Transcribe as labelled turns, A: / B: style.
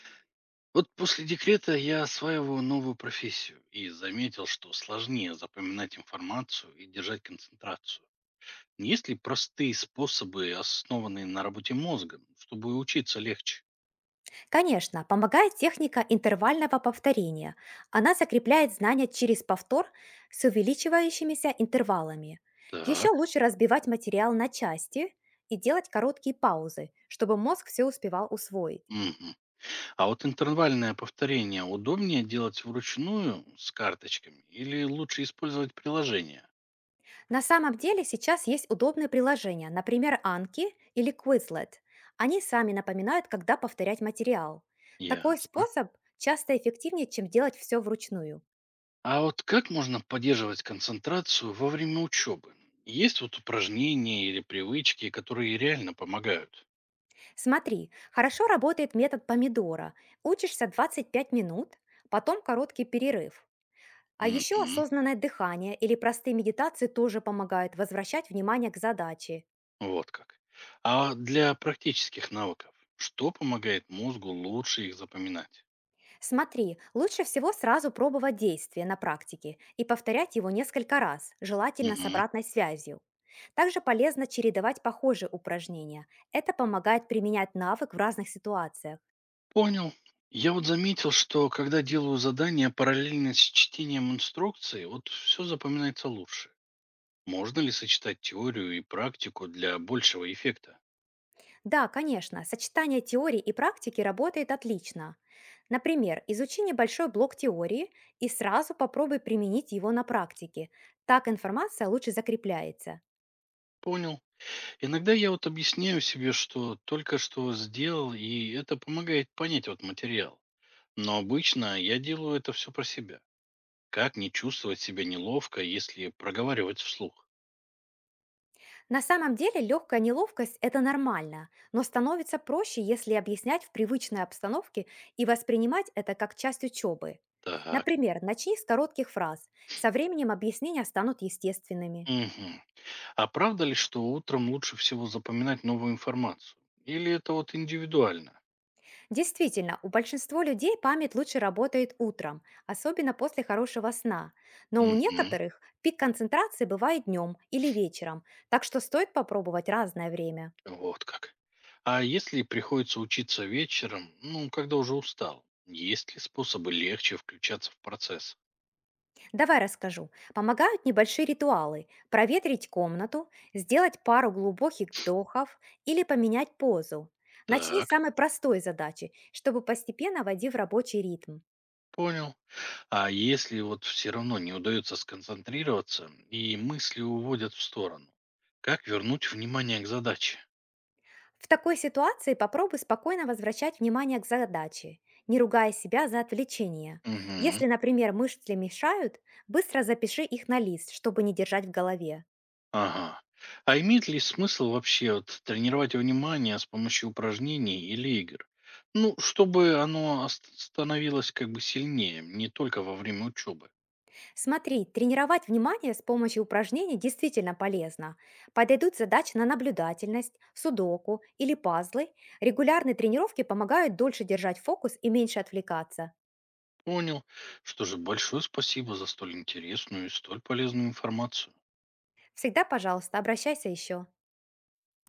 A: Вот после декрета я осваиваю новую профессию и заметил, что сложнее запоминать информацию и держать концентрацию. Есть ли простые способы, основанные на работе мозга, чтобы учиться легче?
B: Конечно, помогает техника интервального повторения. Она закрепляет знания через повтор с увеличивающимися интервалами. Еще
A: Так.
B: лучше разбивать материал на части и делать короткие паузы, чтобы мозг все успевал усвоить.
A: Мгм. А вот интервальное повторение удобнее делать вручную с карточками или лучше использовать приложение?
B: На самом деле сейчас есть удобные приложения, например, Анки или Quizlet. Они сами напоминают, когда повторять материал. Такой
A: Ясно.
B: способ часто эффективнее, чем делать все вручную.
A: А вот как можно поддерживать концентрацию во время учебы? Есть вот упражнения или привычки, которые реально помогают?
B: Смотри, хорошо работает метод помидора. Учишься 25 минут, потом короткий перерыв. А еще
A: Мгм.
B: осознанное дыхание или простые медитации тоже помогают возвращать внимание к задаче.
A: Вот как. А для практических навыков, что помогает мозгу лучше их запоминать?
B: Смотри, лучше всего сразу пробовать действие на практике и повторять его несколько раз, желательно с
A: Мгм.
B: обратной связью. Также полезно чередовать похожие упражнения. Это помогает применять навык в разных ситуациях.
A: Понял. Я вот заметил, что когда делаю задания параллельно с чтением инструкции, вот все запоминается лучше. Можно ли сочетать теорию и практику для большего эффекта?
B: Да, конечно, сочетание теории и практики работает отлично. Например, изучи небольшой блок теории и сразу попробуй применить его на практике. Так информация лучше закрепляется.
A: Понял. Иногда я вот объясняю себе, что только что сделал, и это помогает понять вот материал. Но обычно я делаю это все про себя. Как не чувствовать себя неловко, если проговаривать вслух?
B: На самом деле легкая неловкость– это нормально, но становится проще, если объяснять в привычной обстановке и воспринимать это как часть учебы.
A: Так.
B: Например, начни с коротких фраз. Со временем объяснения станут естественными.
A: Мгм. А правда ли, что утром лучше всего запоминать новую информацию? Или это вот индивидуально?
B: Действительно, у большинства людей память лучше работает утром, особенно после хорошего сна. Но у
A: Мгм.
B: некоторых пик концентрации бывает днем или вечером, так что стоит попробовать разное время.
A: Вот как. А если приходится учиться вечером, ну, когда уже устал, есть ли способы легче включаться в процесс?
B: Давай расскажу. Помогают небольшие ритуалы. Проветрить комнату, сделать пару глубоких вдохов или поменять позу. Начни с
A: Так,
B: самой простой задачи, чтобы постепенно войти в рабочий ритм.
A: понял. А если вот все равно не удается сконцентрироваться и мысли уводят в сторону, как вернуть внимание к задаче?
B: В такой ситуации попробуй спокойно возвращать внимание к задаче, не ругая себя за отвлечение.
A: Угу.
B: Если, например, мышцы мешают, быстро запиши их на лист, чтобы не держать в голове.
A: Ага. А имеет ли смысл вообще вот тренировать внимание с помощью упражнений или игр? Ну, чтобы оно становилось как бы сильнее, не только во время учебы.
B: Смотри, тренировать внимание с помощью упражнений действительно полезно. Подойдут задачи на наблюдательность, судоку или пазлы. Регулярные тренировки помогают дольше держать фокус и меньше отвлекаться.
A: Понял. Что же, большое спасибо за столь интересную и столь полезную информацию.
B: Всегда, пожалуйста, обращайся еще.